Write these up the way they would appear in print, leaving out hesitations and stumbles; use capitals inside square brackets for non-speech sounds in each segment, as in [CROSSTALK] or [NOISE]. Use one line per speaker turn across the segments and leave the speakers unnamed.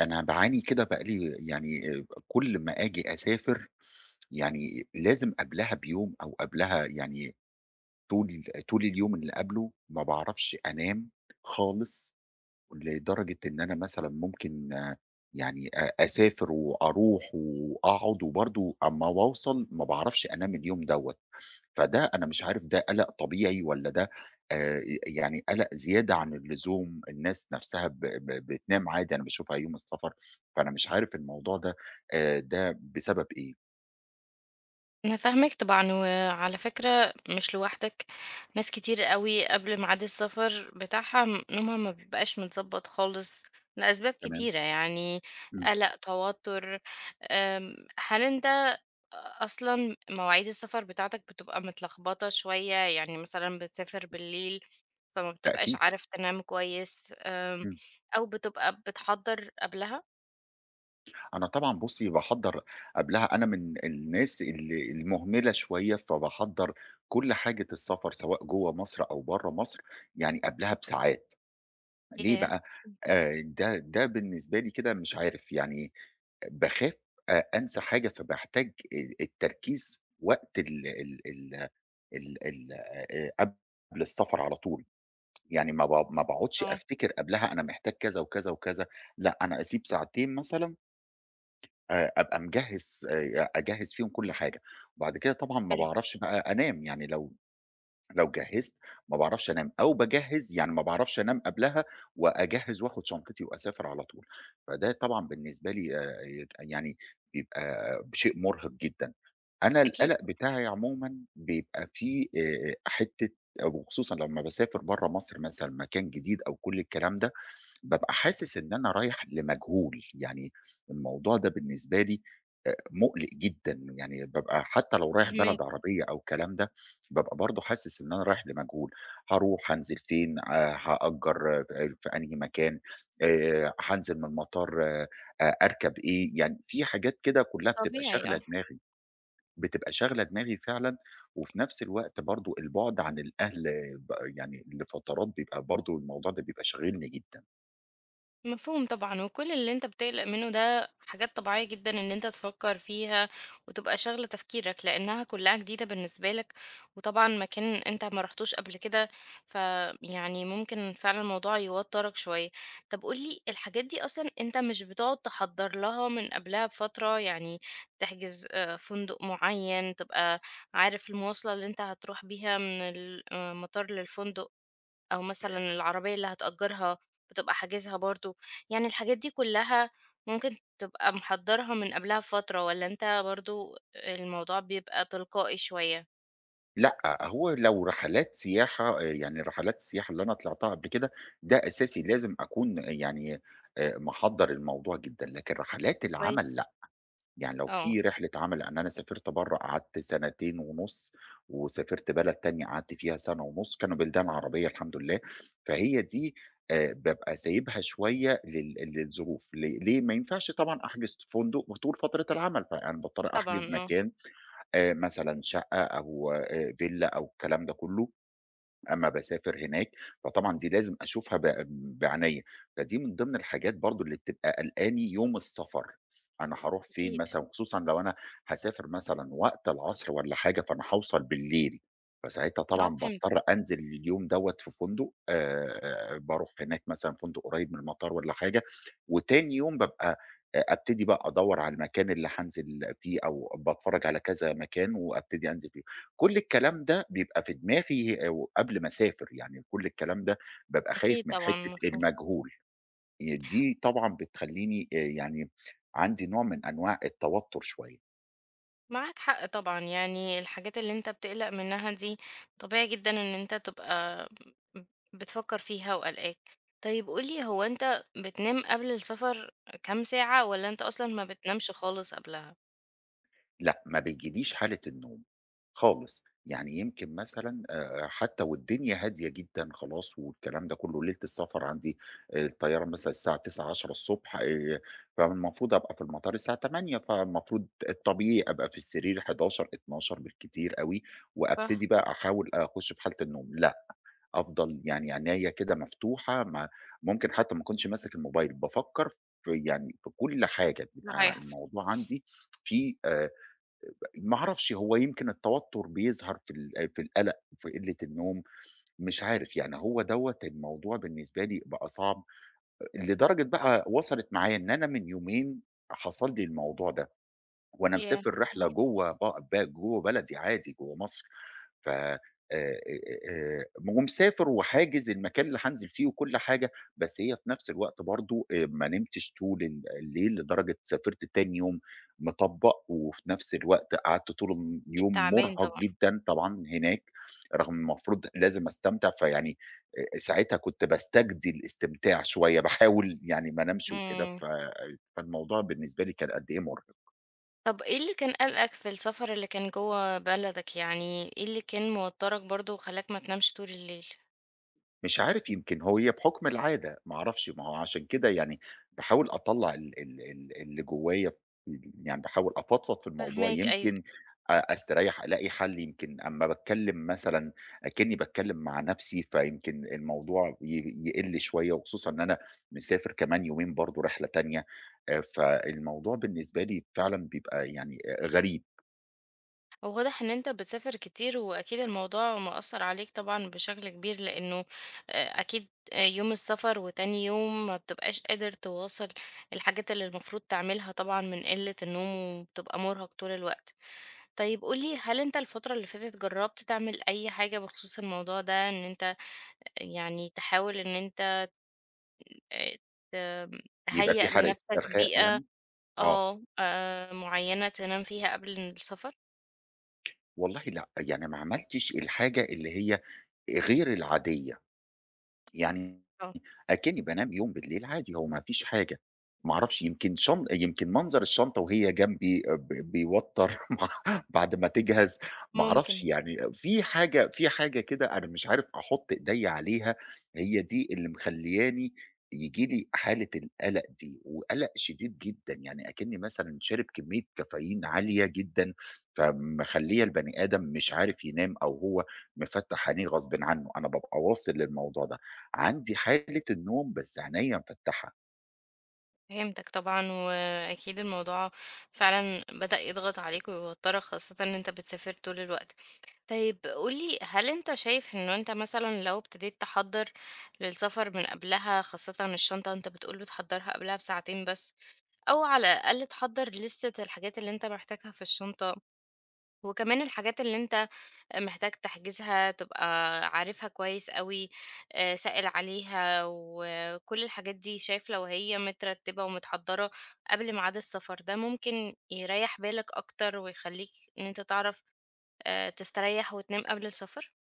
أنا باعاني كده بقى لي يعني كل ما آجي أسافر، يعني لازم قبلها بيوم أو قبلها يعني طول طول اليوم اللي قبله ما باعرفش أنام خالص. لدرجة إن أنا مثلًا ممكن يعني أسافر وأروح وأقعد وبرضه أمّا باوصل ما باعرفش أنام اليوم دوّة. فده أنا مش عارف ده قلق طبيعي والّا ده يعني قلق زيادة عن اللزوم. الناس نفسها ب ب بتنام عادي أنا باشوفها يوم السفر. فأنا مش عارف الموضوع ده بسبب إيه؟
أنا فاهماك طبعًا، وعلى فكرة مش لوحدك. ناس كتير أوي قبل ميعاد السفر بتاعها م نومها ما بيبقاش متضبط خالص لأسباب
تمام.
كتيرة، يعني
إمم.
قلق، توتر. هل أنت أصلًا مواعيد السفر بتاعتك بتبقى متلخبطة شوية؟ يعني مثلًا بتسافر بالليل فما بتبقاش
تأكيد.
عارف تنام كويس.
إمم.
أو بتبقى بتحضّر قبلها؟
أنا طبعًا بُصّي، باحضّر قبلها أنا من الناس المهملة شوية، فباحضّر كل حاجة السفر سواء جوّه مصر أو برّه مصر يعني قبلها بساعات. ليه
ياه!
بقى؟ ده بالنسبة لي كده مش عارف يعني باخاف أنسى حاجة، فباحتاج التركيز وقت ال ال ال ال ال قبل السفر على طول. يعني ما باقعدش
آه.
أفتكر قبلها أنا محتاج كذا وكذا وكذا. لأ أنا أسيب ساعتين مثلًا أبقى مجهّز أجهّز فيهم كل حاجة. وبعد كده طبعًا ما
حلو.
باعرفش بقى أنام، يعني لو جهّزت ما باعرفش أنام، أو باجهّز يعني ما باعرفش أنام قبلها وأجهّز وآخد شنطتي وأسافر على طول. فده طبعًا بالنسبة لي يك يعني بيبقى شيء مرهق جدًا. أنا
أكيد.
القلق بتاعي عمومًا بيبقى فيه حتّة، وخصوصًا لمّا باسافر برّه مصر مثلًا مكان جديد أو كل الكلام ده. بابقى حاسس إن أنا رايح لمجهول. يعني الموضوع ده بالنسبة لي مُقلِق جدًا. يعني بابقى حتى لو رايح بلد
فاهماك.
عربية أو الكلام ده، بابقى برضه حاسس إن أنا رايح لمجهول. هاروح هانزل فين، هأجّر في أنهي مكان، هانزل من المطار أركب إيه. يعني في حاجات كده كلّها بتبقى
طبيعي
شاغلة
آه.
دماغي، بتبقى شاغلة دماغي فعلًا. وفي نفس الوقت برضه البُعد عن الأهل آه، ب يعني لفترات بيبقى برضه الموضوع ده بيبقى شاغلني جدًا.
مفهوم طبعًا، وكل اللي أنت بتقلق منه ده حاجات طبيعية جدًا إن أنت تفكّر فيها وتبقى شاغلة تفكيرك، لإنها كلّها جديدة بالنسبة لك، وطبعًا مكان أنت ما رُحتوش قبل كده، فيعني ممكن فعلًا الموضوع يوتّرك شوية. طَب قُل لي الحاجات دي أصلًا أنت مش بتقعد تحضّر لها من قبلها بفترة؟ يعني تحجز فندق معيّن، تبقى عارف المواصلة اللي أنت هتروح بيها من ال المطار للفندق، أو مثلًا العربية اللي هتأجرها بتبقى حاجزها برضه، يعني الحاجات دي كلها ممكن تبقى محضرها من قبلها بفترة، والّا أنت برضه الموضوع بيبقى تلقائي شوية؟
لأ، هو لو رحلات سياحة يعني رحلات السياحة اللي أنا طلعتها قبل كده، ده أساسي لازم أكون يعني محضّر الموضوع جدًا، لكن رحلات
كويس.
العمل لأ. يعني لو
آه،
في رحلة عمل لإن أنا سافرت برّه قعدت سنتين ونُص، وسافرت بلد تانية قعدت فيها سَنة ونُص، كانوا بلدان عربية الحمد لله. فهي دي بابقى سايبها شوية للظروف. ليه؟ ما ينفعش طبعًا أحجز فندق طول فترة العمل، فأنا باضطر أحجز
طبعًا آه.
مكان مثلًا شقة أو فيلا أو الكلام ده كلّه. أمّا باسافر هناك، فطبعًا دي لازم أشوفها بعناية. فدي من ضمن الحاجات برضه اللي بتبقى قلقاني يوم السفر. أنا هاروح فين
أكيد.
مثلًا، وخصوصًا لو أنا هاسافر مثلًا وقت العصر والّا حاجة، فأنا هاوصل بالليل. فساعتها
آه،
طبعًا
فهمت.
باضطر أنزل اليوم دوّة في فندق باروح هناك مثلًا فندق قريب من المطار والّا حاجة. وتاني يوم بابقى أبتدي بقى أدوّر على المكان اللي هانزل فيه أو باتفرج على كذا مكان وأبتدي أنزل. كل الكلام ده بيبقى في دماغي أو قبل ما أسافر، يعني كل الكلام ده بابقى خايف
أكيد
من
طبعًا
حتّة
مفهوم.
المجهول. دي طبعًا بتخلّيني يعني عندي نوع من أنواع التوتر شوية.
معاك حق طبعًا، يعني الحاجات اللي أنت بتقلق منها دي طبيعي جدًا إن أنت تبقى ب بتفكر فيها وقلقان. طيب قُل لي هو أنت بتنام قبل السفر كام ساعة، والّا أنت أصلًا ما بتنامش خالص قبلها؟
لأ، ما بيجيليش حالة النوم خالص، يعني يمكن مثلًا حتى والدنيا هادية جدًا خلاص والكلام ده كله، ليلة السفر عندي الطيارة مثلًا الساعة 09:00، 10:00 فالمفروض أبقى في المطار الساعة 08:00 فالمفروض الطبيعي أبقى في السرير 11:00، 12:00 بالكتير أوي. وأبتدي
صح.
بقى أحاول أخش في حالة النوم، لأ. أفضل يعني عينيّا كده مفتوحة ما ممكن حتى ما أكونش ماسك الموبايل، بافكر يعني في كل حاجة.
ده
بيبقى
هيحصل.
الموضوع عندي فيه ما أعرفش هو يمكن التوتر بيظهر في القلق، في قلة النوم. مش عارف، يعني هو دوّة الموضوع بالنسبة لي بقى صعب. لدرجة بقى وصلت معايا إن أنا من يومين حصل لي الموضوع ده، وأنا
ياه!
مسافر رحلة
إمم.
جوّه ب ب جوّه بلدي عادي، جوّه مصر. ف آآ آآ ومسافر وحاجز المكان اللي هانزل فيه وكل حاجة. بس هي في نفس الوقت برضه ما نمتش طول الليل لدرجة سافرت تاني يوم مطبّق، وفي نفس الوقت قعدت طول
أكيد
اليوم
تعبان
مُرهق
طبعًا.
جدًا طبعًا هناك، رغم إن المفروض لازم أستمتع. فيعني ساعتها كنت باستجدي الاستمتاع شوية، باحاول يعني ما انامش وكده.
إمم.
فالموضوع بالنسبة لي كان قد إيه مُرهق.
طب إيه اللي كان قلقك في السفر اللي كان جوّه بلدك؟ يعني إيه اللي كان موتّرك برضه وخلّاك ما تنامش طول الليل؟
مش عارف يمكن هي بحُكم العادة، ما أعرفش، ما هو عشان كده يعني باحاول أطلّع ال ال ال اللي جوايا يعني باحاول أفضفض في الموضوع
فاهماك، أيوه.
يمكن أستريّح، ألاقي حَل يمكن أمّا باتكلّم مثلًا أكنّي باتكلّم مع نَفْسي، فيمكن الموضوع يقِل شوية وخصوصًا إن أنا مسافر كمان يومين برضه رحلة تانية. فالموضوع بالنسبة لي فعلًا بيبقى يعني غريب.
هو واضح إن أنت بتسافر كتير وأكيد الموضوع مأثّر عليك طبعًا بشكل كبير، لإنه أكيد آه، يوم السفر وتاني يوم ما بتبقاش قادر تواصل الحاجات اللي المفروض تعملها طبعًا من قلة النوم، وبتبقى مُرهق طول الوقت. طيب قُل لي هل أنت الفترة اللي فاتت جرّبت تعمل أي حاجة بخصوص الموضوع ده، إن أنت يعني تحاول إن أنت آآ ت
بيبقى في
تهيأ
حَرق
لنفسك
إرخاء
بيئة
يعني آه.
معيّنة تنام فيها قبل السفر؟
والله لأ، يعني ما عملتش الحاجة اللي هي غير العادية، يعني
آه.
أكني بانام يوم بالليل عادي، هو ما فيش حاجة. ما أعرفش يمكن يمكن منظر الشنطة وهي جنبي آه، ب بيوتّر [LAUGHS] ما بعد ما تجهز. ما أعرفش
ممكن.
يعني في حاجة كده أنا مش عارف أحُط إيديّا عليها. هي دي اللي مخلّياني ييجي لي حالة القلق دي، وقلق شديد جدًا، يعني أكني مثلًا شارب كمية كافيين عالية جدًا، فمخلّية البني آدم مش عارف ينام أو هو مفتّح عينيه غصبٍ عنه، أنا بابقى واصل للموضوع ده. عندي حالة النوم بس عينيّا مفتحة.
فهمتك طبعًا، وأكيد الموضوع فعلًا بدأ يضغط عليك ويوتّرك خاصةً إن أنت بتسافر طول الوقت. طيب قُل لي هل أنت شايف إنه أنت مثلًا لو ابتديت تحضّر للسفر من قبلها، خاصةً الشنطة أنت بتقول بتحضّرها قبلها بساعتين بس؟ أو على الأقل تحضّر ليستة الحاجات اللي أنت محتاجها في الشنطة، وكمان الحاجات اللي أنت محتاج تحجزها تبقى عارفها كويس أوي، سائل عليها، وكل الحاجات دي شايف لو هي مترتبة ومتحضّرة قبل ميعاد السفر، ده ممكن يريّح بالك أكتر ويخلّيك إن أنت تعرف تستريّح وتنام قبل السفر.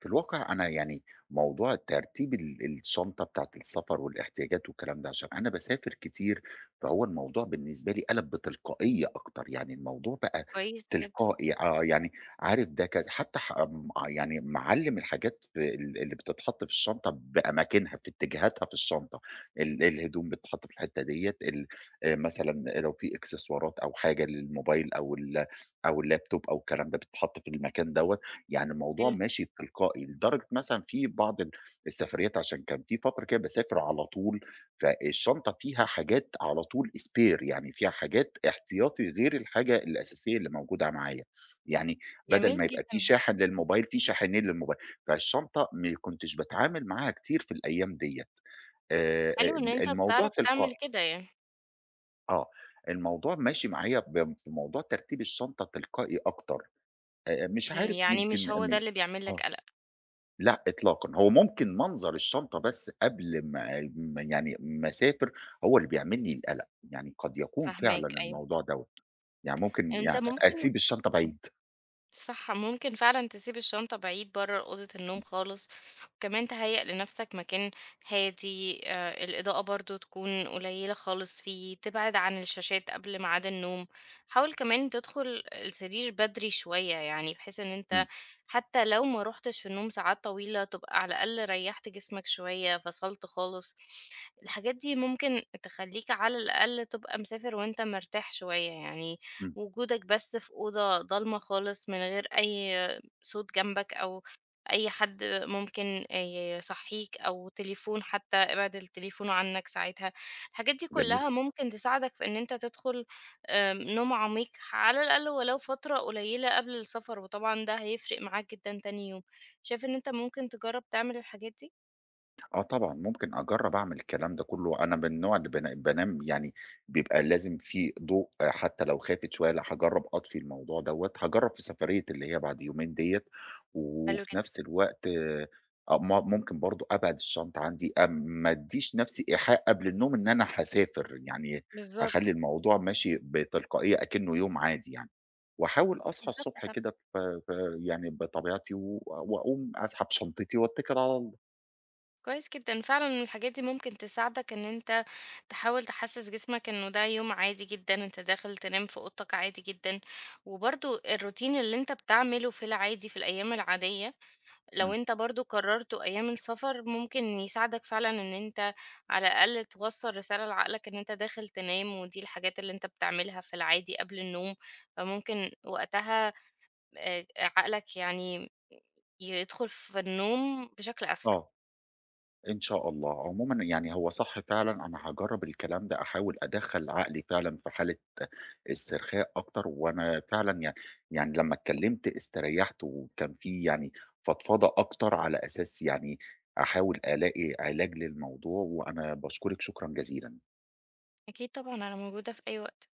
في الواقع أنا يعني موضوع ترتيب الشنطة بتاعة السفر والاحتياجات والكلام ده، عشان أنا باسافر كتير، فهو الموضوع بالنسبة لي قَلَب بتلقائية أكتر. يعني الموضوع بقى
كويس جدًا.
تلقائي، يعني عارف ده كذا. حتى ح آمم، يعني معلّم الحاجات في ال اللي بتتحط في الشنطة بأماكنها، في اتجاهاتها في الشنطة. الهدوم بتتحط في الحتة ديّة. ال مثلًا لو في إكسسوارات أو حاجة للموبايل أو اللاب توب أو الكلام ده بتتحط في المكان دوّة. يعني الموضوع
حلو.
ماشي تلقائي، لدرجة مثلًا في بعض السفريات عشان كان في فترة كده باسافر على طول. فالشنطة فيها حاجات على طول spare يعني فيها حاجات احتياطي غير الحاجة الأساسية اللي موجودة معايا، يعني بدل
جميل
ما يبقى
جدًا.
في شاحن للموبايل، في شاحنين للموبايل. فالشنطة ما كنتش باتعامل معاها كتير في الأيام ديّة.
حلو إن
ال
أنت
الموضوع
بتعرف
تلقائي،
تعمل كده يعني.
آه، الموضوع ماشي معايا في موضوع ترتيب الشنطة تلقائي أكتر. مش
إمم،
عارف
يعني
يمكن
مش هو
م
ده اللي بيعمل لك
آه.
قلق.
لأ إطلاقًا، هو ممكن منظر الشنطة بس قبل ما أسافر هو اللي بيعمل لي القلق. يعني قد يكون فعلًا
فاهماك، أيوه.
الموضوع دوّة. يعني ممكن
أنت ممكن
أسيب الشنطة بعيد.
صح، ممكن فعلا تسيب الشنطة بعيد بره أوضة النوم خالص، وكمان تهيأ لنفسك مكان هادي. آه، الإضاءة برضو تكون قليلة خالص فيه، تبعد عن الشاشات قبل ميعاد النوم. حاول كمان تدخل السرير بدري شوية، يعني بحيث ان
إمم.
انت حتى لو ما روحتش في النوم ساعات طويلة تبقى على الأقل ريحت جسمك شوية فصلت خالص. الحاجات دي ممكن تخليك على الأقل تبقى مسافر وانت مرتاح شوية، يعني
إمم.
وجودك بس في أوضة ضلمة خالص من غير أي صوت جنبك أو أي حد ممكن يصحيك، أو تليفون حتى ابعد التليفون عنك ساعتها. الحاجات دي
جميل.
كلها ممكن تساعدك في إن أنت تدخل نوم عميق على الأقل ولو فترة قليلة قبل السفر، وطبعا ده هيفرق معاك جدا تاني يوم. شايف إن أنت ممكن تجرب تعمل الحاجات دي؟
آه طبعًا، ممكن أجرّب أعمل الكلام ده كلّه. أنا من النوع اللي بانام يعني بيبقى لازم في ضوء حتى لو خافت شوية، لأ هاجرّب أطفي الموضوع دوّة، هاجرّب في سفرية اللي هي بعد يومين ديّة.
حلو
وفي
جدا.
نفس الوقت أ م ممكن برضه أبعد الشنطة عندي، ما أدّيش نفسي إيحاء قبل النوم إن أنا هاسافر. يعني أخلّي
بالظبط.
الموضوع ماشي بتلقائية أكنه يوم عادي يعني. وأحاول أصحى
بالظبط.
الصبح كده ف ف يعني بطبيعتي وأقوم أسحب شنطتي واتكل على الله.
كويس جدًا، فعلًا الحاجات دي ممكن تساعدك إن أنت تحاول تحسّس جسمك إنه ده يوم عادي جدًا، أنت داخل تنام في أوضتك عادي جدًا، وبرضه الروتين اللي أنت بتعمله في العادي في الأيام العادية، لو
إمم.
أنت برضه كررته أيام السفر ممكن يساعدك فعلًا إن أنت على الأقل توصّل رسالة لعقلك إن أنت داخل تنام، ودي الحاجات اللي أنت بتعملها في العادي قبل النوم، فممكن وقتها عقلك يعني يدخل في النوم بشكل أسرع.
آه. إن شاء الله. عمومًا يعني هو صح فعلًا، أنا هاجرّب الكلام ده، أحاول أدخّل عقلي فعلًا في حالة استرخاء أكتر. وأنا فعلًا يعني لمّا اتكلّمت استريّحت وكان في يعني فضفضة أكتر على أساس يعني أحاول ألاقي علاج للموضوع. وأنا باشكرِك شكرًا جزيلًا.
أكيد طبعًا، أنا موجودة في أي وقت.